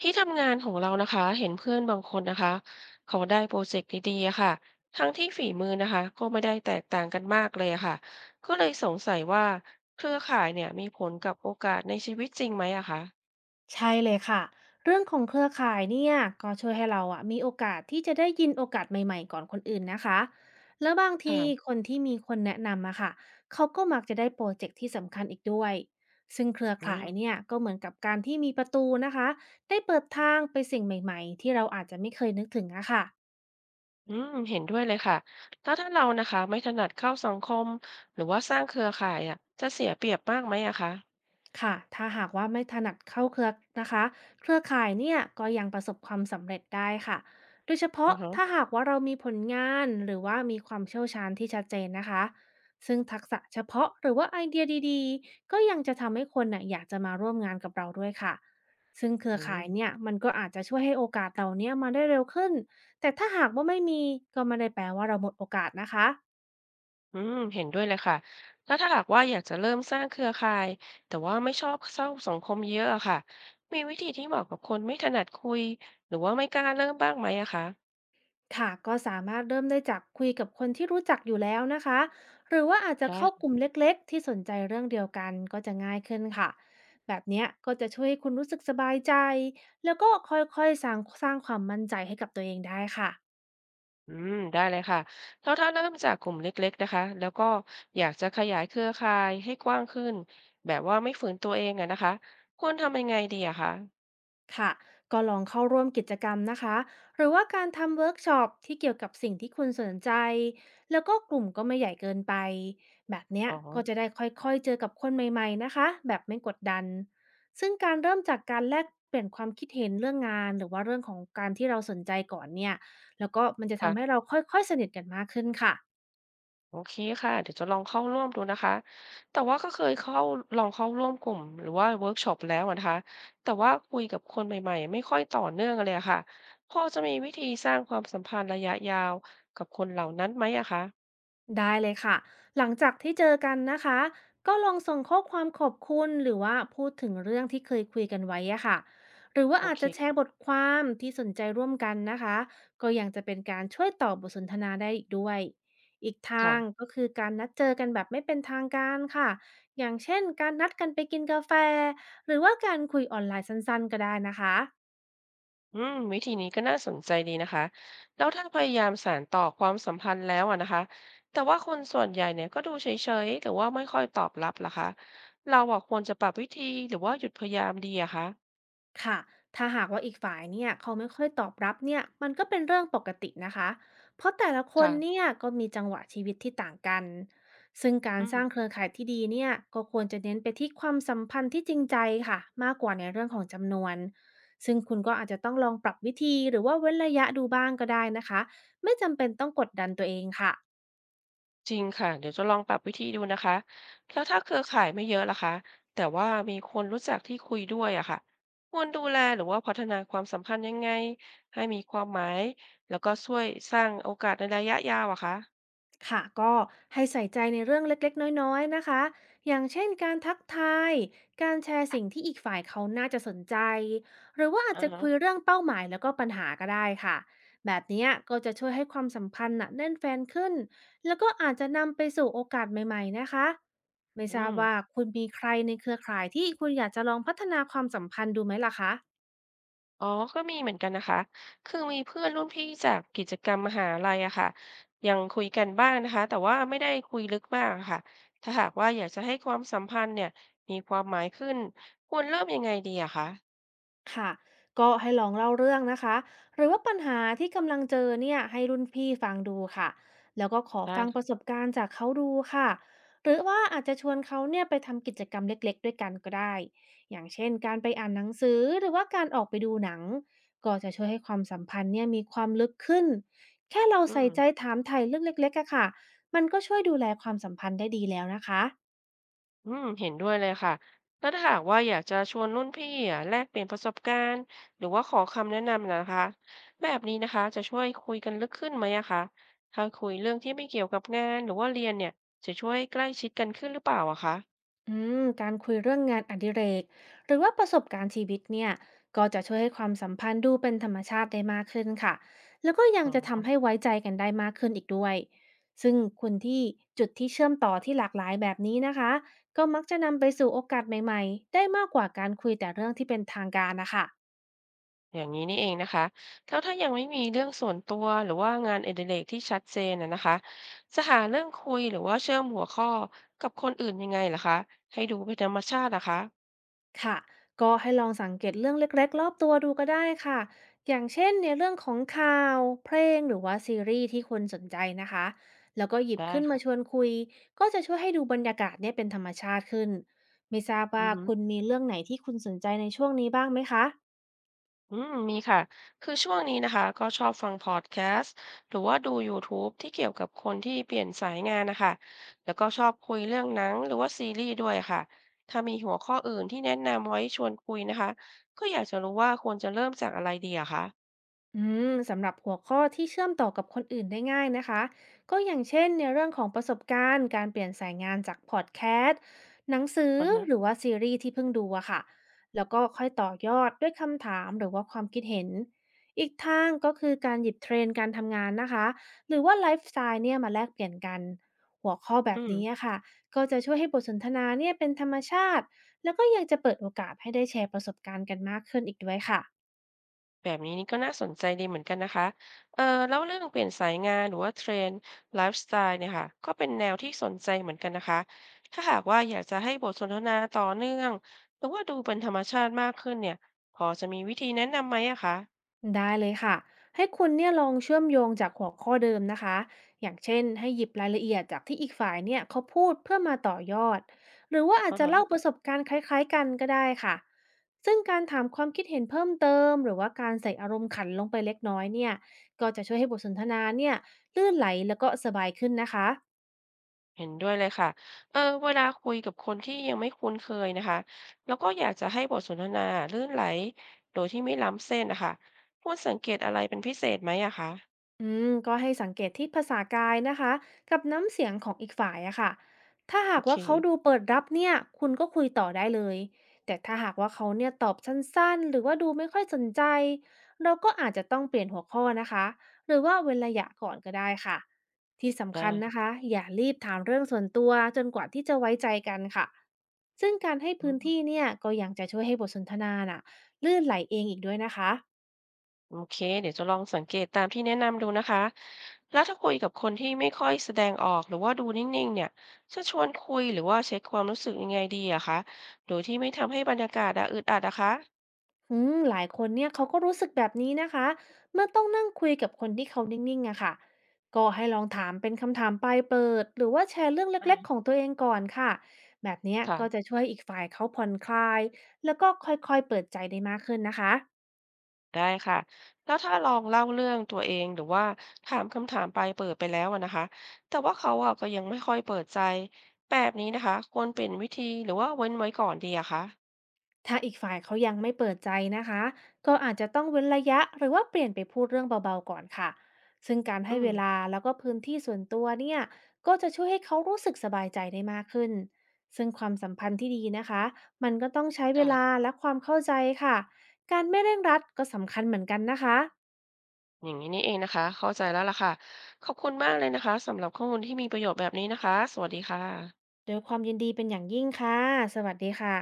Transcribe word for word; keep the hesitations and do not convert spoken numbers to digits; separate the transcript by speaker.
Speaker 1: ที่ทำงานของเรานะคะเห็นเพื่อนบางคนนะคะเขาได้โปรเจกต์ดีๆอะค่ะทั้งที่ฝีมือนะคะก็ไม่ได้แตกต่างกันมากเลยอะค่ะก็เลยสงสัยว่าเครือข่ายเนี่ยมีผลกับโอกาสในชีวิตจริงไหมอะคะ
Speaker 2: ใช่เลยค่ะเรื่องของเครือข่ายเนี่ยก็ช่วยให้เราอะมีโอกาสที่จะได้ยินโอกาสใหม่ๆก่อนคนอื่นนะคะแล้วบางที
Speaker 1: ค่ะ
Speaker 2: คนที่มีคนแนะนำอะค่ะเขาก็มักจะได้โปรเจกต์ที่สำคัญอีกด้วยซึ่งเครือ
Speaker 1: อื
Speaker 2: ข่า
Speaker 1: ม
Speaker 2: ยเนี่ยก็เหมือนกับการที่มีประตูนะคะได้เปิดทางไปสิ่งใหม่ๆที่เราอาจจะไม่เคยนึกถึงอะค่ะ
Speaker 1: อืมเห็นด้วยเลยค่ะถ้าถ้าเรานะคะไม่ถนัดเข้าสังคมหรือว่าสร้างเครือข่ายอะจะเสียเปรียบมากไหมอะคะ
Speaker 2: ค่ะถ้าหากว่าไม่ถนัดเข้าเครือนะคะเครือข่ายเนี่ยก็ยังประสบความสำเร็จได้ค่ะโดยเฉ
Speaker 1: อื
Speaker 2: พาะ
Speaker 1: อ
Speaker 2: ถ้า
Speaker 1: ฮะ
Speaker 2: หากว่าเรามีผลงานหรือว่ามีความเชี่ยวชาญที่ชัดเจนนะคะซึ่งทักษะเฉพาะหรือว่าไอเดียดีๆก็ยังจะทำให้คนน่ะอยากจะมาร่วมงานกับเราด้วยค่ะซึ่งเครือ
Speaker 1: อืม
Speaker 2: ข่ายเนี่ยมันก็อาจจะช่วยให้โอกาสเหล่าเนี้ยมาได้เร็วขึ้นแต่ถ้าหากว่าไม่มีก็ไม่ได้แปลว่าเราหมดโอกาสนะคะ
Speaker 1: อืมเห็นด้วยเลยค่ะแล้วถ้าหากว่าอยากจะเริ่มสร้างเครือข่ายแต่ว่าไม่ชอบเข้าสังคมเยอะอะค่ะมีวิธีที่เหมาะกับคนไม่ถนัดคุยหรือว่าไม่กล้าเริ่มบ้างไหมอะคะ
Speaker 2: ค่ะก็สามารถเริ่มได้จากคุยกับคนที่รู้จักอยู่แล้วนะคะหรือว่าอาจจะ
Speaker 1: ได้
Speaker 2: เข้ากลุ่ม
Speaker 1: ค่ะ
Speaker 2: เล็กๆที่สนใจเรื่องเดียวกันก็จะง่ายขึ้นค่ะแบบเนี้ยก็จะช่วยให้คุณรู้สึกสบายใจแล้วก็ค่อยๆสร้างสร้างความมั่นใจให้กับตัวเองได้ค่ะ
Speaker 1: อืมได้เลยค่ะแล้วถ้าเริ่มจากกลุ่มเล็กๆนะคะแล้วก็อยากจะขยายเครือข่ายให้กว้างขึ้นแบบว่าไม่ฝืนตัวเองอะนะคะควรทำยังไงดีอะคะ
Speaker 2: ค่ะก็ลองเข้าร่วมกิจกรรมนะคะหรือว่าการทำเวิร์กช็อปที่เกี่ยวกับสิ่งที่คุณสนใจแล้วก็กลุ่มก็ไม่ใหญ่เกินไปแบบเนี้ย
Speaker 1: อ๋อ
Speaker 2: ก็จะได้ค่อยๆเจอกับคนใหม่ๆนะคะแบบไม่กดดันซึ่งการเริ่มจากการแลกเปลี่ยนความคิดเห็นเรื่องงานหรือว่าเรื่องของการที่เราสนใจก่อนเนี่ยแล้วก็มันจะทำให้
Speaker 1: ค่ะ
Speaker 2: เราค่อยๆสนิทกันมากขึ้นค่ะ
Speaker 1: โอเคค่ะเดี๋ยวจะลองเข้าร่วมดูนะคะแต่ว่าก็เคยเข้าลองเข้าร่วมกลุ่มหรือว่าเวิร์กช็อปแล้วอะนะคะแต่ว่าคุยกับคนใหม่ๆไม่ค่อยต่อเนื่องเลยอะค่ะพอจะมีวิธีสร้างความสัมพันธ์ระยะยาวกับคนเหล่านั้นไหมอะคะ
Speaker 2: ได้เลยค่ะ หลังจากที่เจอกันนะคะ ก็ลองส่งข้อความขอบคุณหรือว่าพูดถึงเรื่องที่เคยคุยกันไว้อะค่ะหรือว่า
Speaker 1: โอ
Speaker 2: อาจ
Speaker 1: เค
Speaker 2: จะแชร์บทความที่สนใจร่วมกันนะคะก็ยังจะเป็นการช่วยต่อบทสนทนาได้อีกด้วย อีกทาง
Speaker 1: ค่ะ
Speaker 2: ก็คือการนัดเจอกันแบบไม่เป็นทางการค่ะ อย่างเช่นการนัดกันไปกินกาแฟหรือว่าการคุยออนไลน์สั้นๆก็ได้นะคะ
Speaker 1: อืมวิธีนี้ก็น่าสนใจดีนะคะแล้วถ้าพยายามสานต่อความสัมพันธ์แล้วอะนะคะแต่ว่าคนส่วนใหญ่เนี่ยก็ดูเฉยๆหรือว่าไม่ค่อยตอบรับล่ะคะเราอะควรจะปรับวิธีหรือว่าหยุดพยายามดีอะคะ
Speaker 2: ค่ะถ้าหากว่าอีกฝ่ายเนี่ยเขาไม่ค่อยตอบรับเนี่ยมันก็เป็นเรื่องปกตินะคะเพราะแต่ละคน
Speaker 1: ค่ะ
Speaker 2: เนี่ยก็มีจังหวะชีวิตที่ต่างกันซึ่งการ
Speaker 1: อื
Speaker 2: ส
Speaker 1: ม
Speaker 2: ร้างเครือข่ายที่ดีเนี่ยก็ควรจะเน้นไปที่ความสัมพันธ์ที่จริงใจค่ะมากกว่าในเรื่องของจำนวนซึ่งคุณก็อาจจะต้องลองปรับวิธีหรือว่าเว้นระยะดูบ้างก็ได้นะคะไม่จำเป็นต้องกดดันตัวเองค่ะ
Speaker 1: จริงค่ะเดี๋ยวจะลองปรับวิธีดูนะคะแล้วถ้าเครือข่ายไม่เยอะล่ะคะแต่ว่ามีคนรู้จักที่คุยด้วยอะค่ะควรดูแลหรือว่าพัฒนาความสัมพันธ์ยังไงให้มีความหมายแล้วก็ช่วยสร้างโอกาสในระยะยาวอะคะ
Speaker 2: ค่ะก็ให้ใส่ใจในเรื่องเล็กๆน้อยๆนะคะอย่างเช่นการทักทายการแชร์สิ่งที่อีกฝ่ายเขาน่าจะสนใจหรือว่าอาจ
Speaker 1: อ่า
Speaker 2: จะคุย
Speaker 1: ฮะ
Speaker 2: เรื่องเป้าหมายแล้วก็ปัญหาก็ได้ค่ะแบบเนี้ยก็จะช่วยให้ความสัมพันธ์น่ะแน่นแฟนขึ้นแล้วก็อาจจะนำไปสู่โอกาสใหม่ๆนะคะไม่
Speaker 1: อื
Speaker 2: ทราบ
Speaker 1: ม
Speaker 2: ว่าคุณมีใครในเครือข่ายที่คุณอยากจะลองพัฒนาความสัมพันธ์ดูไหมล่ะคะ
Speaker 1: อ๋อก็มีเหมือนกันนะคะคือมีเพื่อนรุ่นพี่จากกิจกรรมมหาลัยอะค่ะยังคุยกันบ้างนะคะแต่ว่าไม่ได้คุยลึกมากอะค่ะถ้าหากว่าอยากจะให้ความสัมพันธ์เนี่ยมีความหมายขึ้นควรเริ่มยังไงดีอะคะ
Speaker 2: ค่ะก็ให้ลองเล่าเรื่องนะคะหรือว่าปัญหาที่กำลังเจอเนี่ยให้รุ่นพี่ฟังดูค่ะแล้วก็ขอ
Speaker 1: ได
Speaker 2: ฟังประ
Speaker 1: ้
Speaker 2: สบการณ์จากเขาดูค่ะหรือว่าอาจจะชวนเขาเนี่ยไปทำกิจกรรมเล็กๆด้วยกันก็ได้ อย่างเช่นการไปอ่านหนังสือหรือว่าการออกไปดูหนังก็จะช่วยให้ความสัมพันธ์เนี่ยมีความลึกขึ้น แค่เรา
Speaker 1: อื
Speaker 2: ใส่
Speaker 1: ม
Speaker 2: ใจถามไถ่เรื่องเล็กๆอะค่ะมันก็ช่วยดูแลความสัมพันธ์ได้ดีแล้วนะคะ
Speaker 1: อืมเห็นด้วยเลยค่ะแล้วถ้าหากว่าอยากจะชวนรุ่นพี่อะแลกเปลี่ยนประสบการณ์หรือว่าขอคำแนะนำนะคะแบบนี้นะคะจะช่วยคุยกันลึกขึ้นไหมอะคะถ้าคุยเรื่องที่ไม่เกี่ยวกับงานหรือว่าเรียนเนี่ยจะช่วยใกล้ชิดกันขึ้นหรือเปล่าอะคะ
Speaker 2: อืมการคุยเรื่องงานอดิเรกหรือว่าประสบการณ์ชีวิตเนี่ยก็จะช่วยให้ความสัมพันธ์ดูเป็นธรรมชาติได้มากขึ้นค่ะแล้วก็ยัง
Speaker 1: อ๋
Speaker 2: จะทำ
Speaker 1: อ
Speaker 2: ให้ไว้ใจกันได้มากขึ้นอีกด้วยซึ่งคนที่จุดที่เชื่อมต่อที่หลากหลายแบบนี้นะคะก็มักจะนำไปสู่โอกาสใหม่ๆได้มากกว่าการคุยแต่เรื่องที่เป็นทางการนะคะ
Speaker 1: อย่างนี้นี่เองนะคะแล้วถ้ายังไม่มีเรื่องส่วนตัวหรือว่างานอดิเรกที่ชัดเจนอะนะคะจะหาเรื่องคุยหรือว่าเชื่อมหัวข้อกับคนอื่นยังไงล่ะคะให้ดูเป็นธรรมชาตินะคะ
Speaker 2: ค่ะก็ให้ลองสังเกตเรื่องเล็กๆรอบตัวดูก็ได้ค่ะ อย่างเช่นในเรื่องของข่าวเพลงหรือว่าซีรีส์ที่คนสนใจนะคะ แล้วก็หยิบ
Speaker 1: ได้
Speaker 2: ขึ้นมาชว
Speaker 1: ค่ะ
Speaker 2: นคุยก็จะช่วยให้ดูบรรยากาศเนี่ยเป็นธรรมชาติขึ้น ไม่ทราบ
Speaker 1: อื
Speaker 2: ว่า
Speaker 1: อฮึ
Speaker 2: คุณมีเรื่องไหนที่คุณสนใจในช่วงนี้บ้างไหมคะ
Speaker 1: อืมมีค่ะ คือช่วงนี้นะคะก็ชอบฟังพอดแคสต์หรือว่าดู ยูทูบ ทบที่เกี่ยวกับคนที่เปลี่ยนสายงานนะคะ แล้วก็ชอบคุยเรื่องหนังหรือว่าซีรีส์ด้วยค่ะ ถ้ามีหัวข้ออื่นที่แนะนำไว้ชวนคุยนะคะก็อยากจะรู้ว่าควรจะเริ่มจากอะไรดีอะคะ
Speaker 2: อืมสำหรับหัวข้อที่เชื่อมต่อกับคนอื่นได้ง่ายนะคะก็อย่างเช่นในเรื่องของประสบการณ์การเปลี่ยนสายงานจากพอดแคสต์หนังสือ
Speaker 1: อือฮะ
Speaker 2: หรือว่าซีรีส์ที่เพิ่งดูอะค่ะแล้วก็ค่อยต่อยอดด้วยคำถามหรือว่าความคิดเห็นอีกทางก็คือการหยิบเทรนด์การทำงานนะคะหรือว่าไลฟ์สไตล์เนี่ยมาแลกเปลี่ยนกันหัวข้อแบ
Speaker 1: อื
Speaker 2: บ
Speaker 1: ม
Speaker 2: นี้อะค่ะก็จะช่วยให้บทสนทนาเนี่ยเป็นธรรมชาติแล้วก็ยังจะเปิดโอกาสให้ได้แชร์ประสบการณ์กันมากขึ้นอีกด้วยค่ะ
Speaker 1: แบบนี้นี่ก็น่าสนใจดีเหมือนกันนะคะเออแล้วเรื่องเปลี่ยนสายงานหรือว่าเทรนด์ไลฟ์สไตล์เนี่ยค่ะก็เป็นแนวที่สนใจเหมือนกันนะคะถ้าหากว่าอยากจะให้บทสนทนาต่อเนื่องหรือว่าดูเป็นธรรมชาติมากขึ้นเนี่ยพอจะมีวิธีแนะนำไหมอะคะ
Speaker 2: ได้เลยค่ะให้คุณเนี่ยลองเชื่อมโยงจากหัวข้อเดิมนะคะอย่างเช่นให้หยิบรายละเอียดจากที่อีกฝ่ายเนี่ยเขาพูดเพื่อมาต่อยอดหรือว่าอา
Speaker 1: อื
Speaker 2: จ
Speaker 1: อ
Speaker 2: จะ
Speaker 1: ฮะ
Speaker 2: เล่าประสบการณ์คล้ายๆกันก็ได้ค่ะซึ่งการถามความคิดเห็นเพิ่มเติมหรือว่าการใส่อารมณ์ขันลงไปเล็กน้อยเนี่ยก็จะช่วยให้บทสนทนาเนี่ยลื่นไหลแล้วก็สบายขึ้นนะคะ
Speaker 1: เห็นด้วยเลยค่ะเออเวลาคุยกับคนที่ยังไม่คุ้นเคยนะคะแล้วก็อยากจะให้บทสนทนาลื่นไหลโดยที่ไม่ล้ำเส้นนะคะควรสังเกตอะไรเป็นพิเศษไหมอะคะ
Speaker 2: อืมก็ให้สังเกตที่ภาษากายนะคะกับน้ำเสียงของอีกฝ่ายอะค่ะถ้า
Speaker 1: โอ
Speaker 2: หาก
Speaker 1: เค
Speaker 2: ว่าเขาดูเปิดรับเนี่ยคุณก็คุยต่อได้เลยแต่ถ้าหากว่าเขาเนี่ยตอบสั้นๆหรือว่าดูไม่ค่อยสนใจเราก็อาจจะต้องเปลี่ยนหัวข้อนะคะหรือว่าเว้นระยะก่อนก็ได้ค่ะที่สำ
Speaker 1: ได้
Speaker 2: คัญนะคะอย่ารีบถามเรื่องส่วนตัวจนกว่าที่จะไว้ใจกันค่ะซึ่งการให้พื้นที่เนี่ยก็ยังจะช่วยให้บทสนทนาน่ะลื่นไหลเองอีกด้วยนะคะ
Speaker 1: โอเคเดี๋ยวจะลองสังเกตตามที่แนะนำดูนะคะแล้วถ้าคุยกับคนที่ไม่ค่อยแสดงออกหรือว่าดูนิ่งๆเนี่ยจะชวนคุยหรือว่าเช็คความรู้สึกยังไงดีอะคะโดยที่ไม่ทำให้บรรยากาศอะอึดอัดอะคะ
Speaker 2: อืมหลายคนเนี่ยเขาก็รู้สึกแบบนี้นะคะเมื่อต้องนั่งคุยกับคนที่เขานิ่งๆอะค่ะก็ให้ลองถามเป็นคำถามปลายเปิดหรือว่าแชร์เรื่อง
Speaker 1: อ่า
Speaker 2: เล็ก
Speaker 1: ฮะ
Speaker 2: ๆของตัวเองก่อนค่ะแบบเนี้ยก็จะ
Speaker 1: ค่ะ
Speaker 2: ช่วยอีกฝ่ายเขาผ่อนคลายแล้วก็ค่อยๆเปิดใจได้มากขึ้นนะคะ
Speaker 1: ได้ค่ะแล้วถ้าลองเล่าเรื่องตัวเองหรือว่าถามคำถามไปเปิดไปแล้วอะนะคะแต่ว่าเขาอะก็ยังไม่ค่อยเปิดใจแบบนี้นะคะควรเป็นวิธีหรือว่าเว้นไว้ก่อนดีอะคะ
Speaker 2: ถ้าอีกฝ่ายเขายังไม่เปิดใจนะคะก็อาจจะต้องเว้นระยะหรือว่าเปลี่ยนไปพูดเรื่องเบาๆก่อนค่ะซึ่งการ
Speaker 1: อื
Speaker 2: ให้
Speaker 1: ม
Speaker 2: เวลาแล้วก็พื้นที่ส่วนตัวเนี่ยก็จะช่วยให้เขารู้สึกสบายใจได้มากขึ้นซึ่งความสัมพันธ์ที่ดีนะคะมันก็ต้องใช้เว
Speaker 1: ค่ะ
Speaker 2: ลาและความเข้าใจค่ะการไม่เร่งรัดก็สำคัญเหมือนกันนะคะ
Speaker 1: อย่างนี้นี่เองนะคะเข้าใจแล้วล่ะค่ะขอบคุณมากเลยนะคะสำหรับข้อมูลที่มีประโยชน์แบบนี้นะคะสวัสดีค่ะ
Speaker 2: โดวยความยินดีเป็นอย่างยิ่งค่ะสวัสดีค่ะ